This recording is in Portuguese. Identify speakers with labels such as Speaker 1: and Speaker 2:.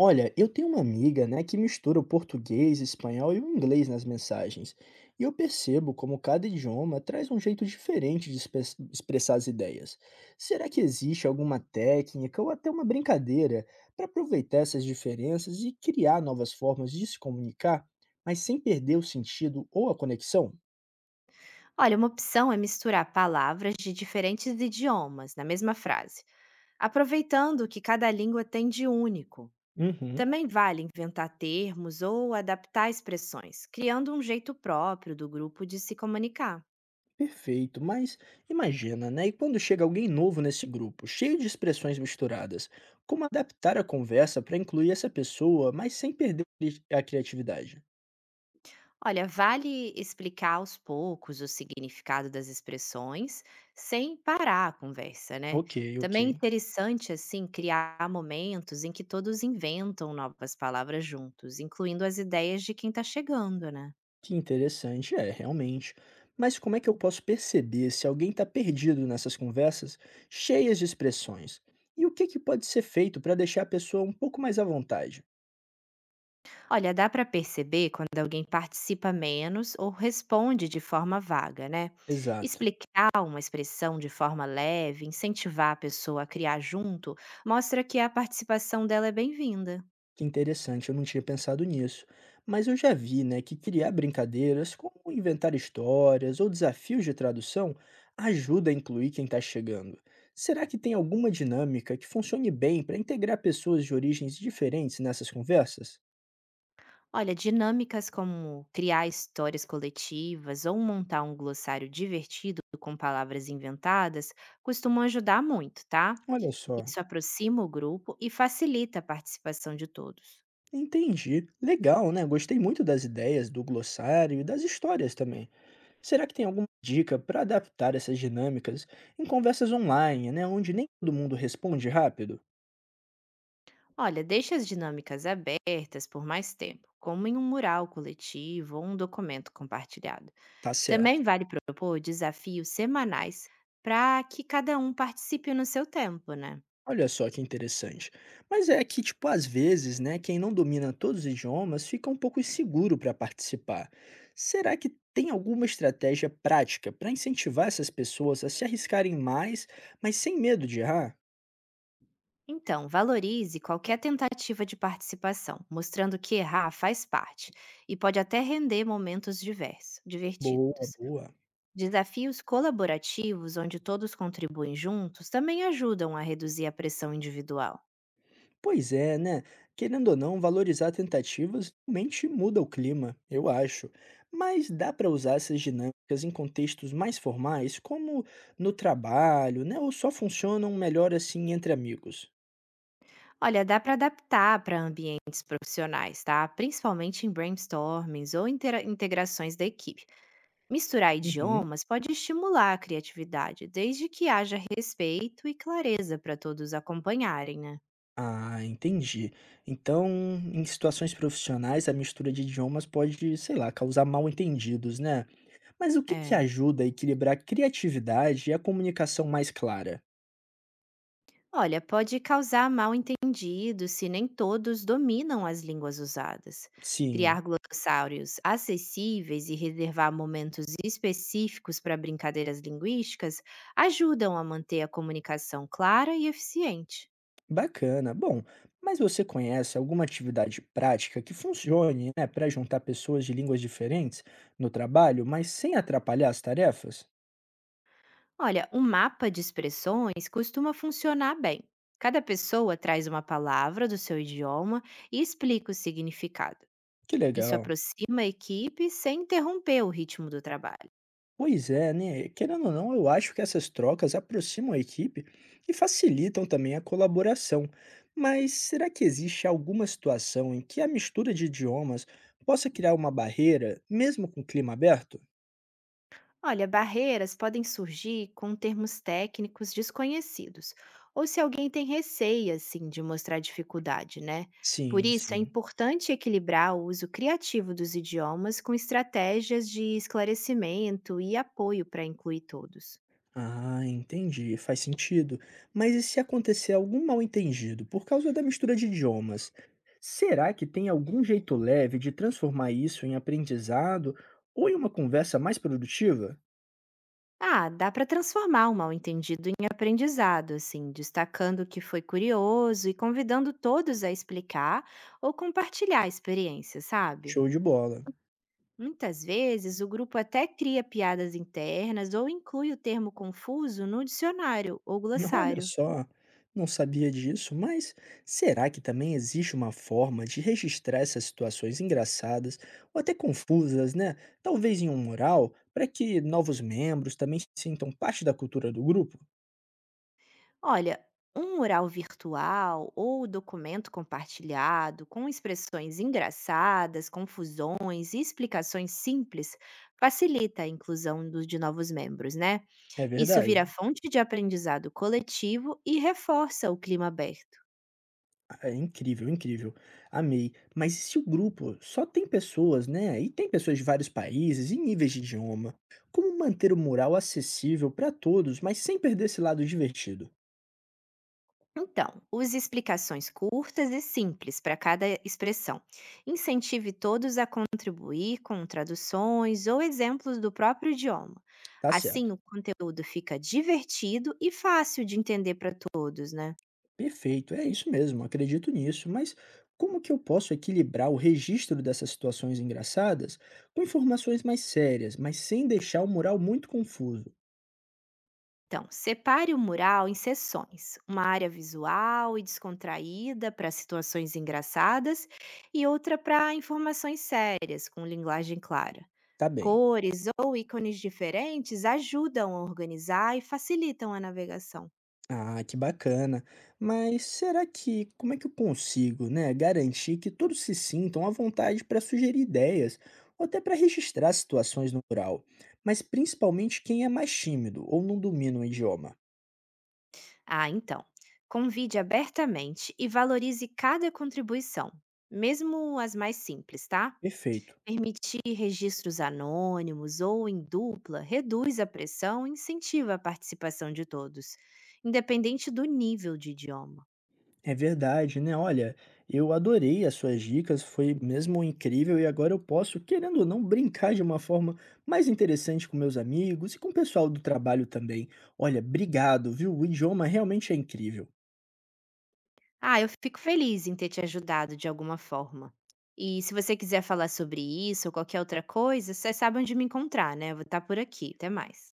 Speaker 1: Olha, eu tenho uma amiga, né, que mistura o português, espanhol e o inglês nas mensagens. E eu percebo como cada idioma traz um jeito diferente de expressar as ideias. Será que existe alguma técnica ou até uma brincadeira para aproveitar essas diferenças e criar novas formas de se comunicar, mas sem perder o sentido ou a conexão?
Speaker 2: Olha, uma opção é misturar palavras de diferentes idiomas na mesma frase, aproveitando o que cada língua tem de único.
Speaker 1: Uhum.
Speaker 2: Também vale inventar termos ou adaptar expressões, criando um jeito próprio do grupo de se comunicar.
Speaker 1: Perfeito, mas imagina, né? E quando chega alguém novo nesse grupo, cheio de expressões misturadas, como adaptar a conversa para incluir essa pessoa, mas sem perder a criatividade?
Speaker 2: Olha, vale explicar aos poucos o significado das expressões sem parar a conversa, né?
Speaker 1: Ok, ok.
Speaker 2: Também é interessante, assim, criar momentos em que todos inventam novas palavras juntos, incluindo as ideias de quem está chegando, né?
Speaker 1: Que interessante, é, realmente. Mas como é que eu posso perceber se alguém está perdido nessas conversas cheias de expressões? E o que que pode ser feito para deixar a pessoa um pouco mais à vontade?
Speaker 2: Olha, dá para perceber quando alguém participa menos ou responde de forma vaga, né?
Speaker 1: Exato.
Speaker 2: Explicar uma expressão de forma leve, incentivar a pessoa a criar junto, mostra que a participação dela é bem-vinda.
Speaker 1: Que interessante, eu não tinha pensado nisso. Mas eu já vi, né, que criar brincadeiras, como inventar histórias ou desafios de tradução, ajuda a incluir quem está chegando. Será que tem alguma dinâmica que funcione bem para integrar pessoas de origens diferentes nessas conversas?
Speaker 2: Olha, dinâmicas como criar histórias coletivas ou montar um glossário divertido com palavras inventadas costumam ajudar muito, tá?
Speaker 1: Olha só.
Speaker 2: Isso aproxima o grupo e facilita a participação de todos.
Speaker 1: Entendi. Legal, né? Gostei muito das ideias do glossário e das histórias também. Será que tem alguma dica para adaptar essas dinâmicas em conversas online, né, onde nem todo mundo responde rápido?
Speaker 2: Olha, deixe as dinâmicas abertas por mais tempo, como em um mural coletivo ou um documento compartilhado.
Speaker 1: Tá
Speaker 2: Também
Speaker 1: certo.
Speaker 2: vale propor desafios semanais para que cada um participe no seu tempo, né?
Speaker 1: Olha só que interessante. Mas é que, tipo, às vezes, né, quem não domina todos os idiomas fica um pouco inseguro para participar. Será que tem alguma estratégia prática para incentivar essas pessoas a se arriscarem mais, mas sem medo de errar?
Speaker 2: Então, valorize qualquer tentativa de participação, mostrando que errar faz parte e pode até render momentos diversos,
Speaker 1: Boa,
Speaker 2: divertidos.
Speaker 1: boa.
Speaker 2: Desafios colaborativos, onde todos contribuem juntos, também ajudam a reduzir a pressão individual.
Speaker 1: Pois é, né? Querendo ou não, valorizar tentativas realmente muda o clima, eu acho. Mas dá para usar essas dinâmicas em contextos mais formais, como no trabalho, né? Ou só funcionam melhor assim entre amigos?
Speaker 2: Olha, dá para adaptar para ambientes profissionais, tá? Principalmente em brainstormings ou integrações da equipe. Misturar
Speaker 1: Uhum.
Speaker 2: idiomas pode estimular a criatividade, desde que haja respeito e clareza para todos acompanharem, né?
Speaker 1: Ah, entendi. Então, em situações profissionais, a mistura de idiomas pode, sei lá, causar mal-entendidos, né? Mas o que que
Speaker 2: É.
Speaker 1: ajuda a equilibrar a criatividade e a comunicação mais clara?
Speaker 2: Olha, pode causar mal-entendido se nem todos dominam as línguas usadas.
Speaker 1: Sim,
Speaker 2: Criar glossários acessíveis e reservar momentos específicos para brincadeiras linguísticas ajudam a manter a comunicação clara e eficiente.
Speaker 1: bacana. Bom, mas você conhece alguma atividade prática que funcione, né, para juntar pessoas de línguas diferentes no trabalho, mas sem atrapalhar as tarefas?
Speaker 2: Olha, um mapa de expressões costuma funcionar bem. Cada pessoa traz uma palavra do seu idioma e explica o significado.
Speaker 1: Que
Speaker 2: Isso
Speaker 1: legal.
Speaker 2: aproxima a equipe sem interromper o ritmo do trabalho.
Speaker 1: Pois é, né? Querendo ou não, eu acho que essas trocas aproximam a equipe e facilitam também a colaboração. Mas será que existe alguma situação em que a mistura de idiomas possa criar uma barreira, mesmo com o clima aberto?
Speaker 2: Olha, barreiras podem surgir com termos técnicos desconhecidos, ou se alguém tem receio, assim, de mostrar dificuldade, né? Por
Speaker 1: Sim,
Speaker 2: isso, é
Speaker 1: sim.
Speaker 2: importante equilibrar o uso criativo dos idiomas com estratégias de esclarecimento e apoio para incluir todos.
Speaker 1: Ah, entendi, faz sentido. Mas e se acontecer algum mal-entendido por causa da mistura de idiomas? Será que tem algum jeito leve de transformar isso em aprendizado ou em uma conversa mais produtiva?
Speaker 2: Ah, dá para transformar o mal-entendido em aprendizado, assim, destacando o que foi curioso e convidando todos a explicar ou compartilhar a experiência, sabe?
Speaker 1: Show de bola.
Speaker 2: Muitas vezes, o grupo até cria piadas internas ou inclui o termo confuso no dicionário ou
Speaker 1: Olha
Speaker 2: glossário.
Speaker 1: só, não sabia disso, mas será que também existe uma forma de registrar essas situações engraçadas ou até confusas, né? Talvez em um mural, para que novos membros também se sintam parte da cultura do grupo?
Speaker 2: Olha, um mural virtual ou documento compartilhado com expressões engraçadas, confusões e explicações simples facilita a inclusão de novos membros, né?
Speaker 1: É
Speaker 2: Isso
Speaker 1: verdade.
Speaker 2: vira fonte de aprendizado coletivo e reforça o clima aberto.
Speaker 1: Ah, é incrível, incrível. Amei. Mas e se o grupo só tem pessoas, né? E tem pessoas de vários países e níveis de idioma? Como manter o mural acessível para todos, mas sem perder esse lado divertido?
Speaker 2: Então, use explicações curtas e simples para cada expressão. Incentive todos a contribuir com traduções ou exemplos do próprio idioma.
Speaker 1: Tá
Speaker 2: Assim,
Speaker 1: certo.
Speaker 2: o conteúdo fica divertido e fácil de entender para todos, né?
Speaker 1: Perfeito, é isso mesmo, acredito nisso, mas como que eu posso equilibrar o registro dessas situações engraçadas com informações mais sérias, mas sem deixar o mural muito confuso?
Speaker 2: Então, separe o mural em seções: uma área visual e descontraída para situações engraçadas e outra para informações sérias, com linguagem clara.
Speaker 1: Tá bem.
Speaker 2: Cores ou ícones diferentes ajudam a organizar e facilitam a navegação.
Speaker 1: Ah, que bacana. Mas será que como é que eu consigo, né, garantir que todos se sintam à vontade para sugerir ideias ou até para registrar situações no mural, mas principalmente quem é mais tímido ou não domina o idioma?
Speaker 2: Ah, então, convide abertamente e valorize cada contribuição, mesmo as mais simples, tá?
Speaker 1: Perfeito.
Speaker 2: Permitir registros anônimos ou em dupla reduz a pressão e incentiva a participação de todos, independente do nível de idioma.
Speaker 1: É verdade, né? Olha, eu adorei as suas dicas, foi mesmo incrível e agora eu posso, querendo ou não, brincar de uma forma mais interessante com meus amigos e com o pessoal do trabalho também. Olha, obrigado, viu? O idioma realmente é incrível.
Speaker 2: Ah, eu fico feliz em ter te ajudado de alguma forma. E se você quiser falar sobre isso ou qualquer outra coisa, você sabe onde me encontrar, né? Eu vou estar por aqui. Até mais.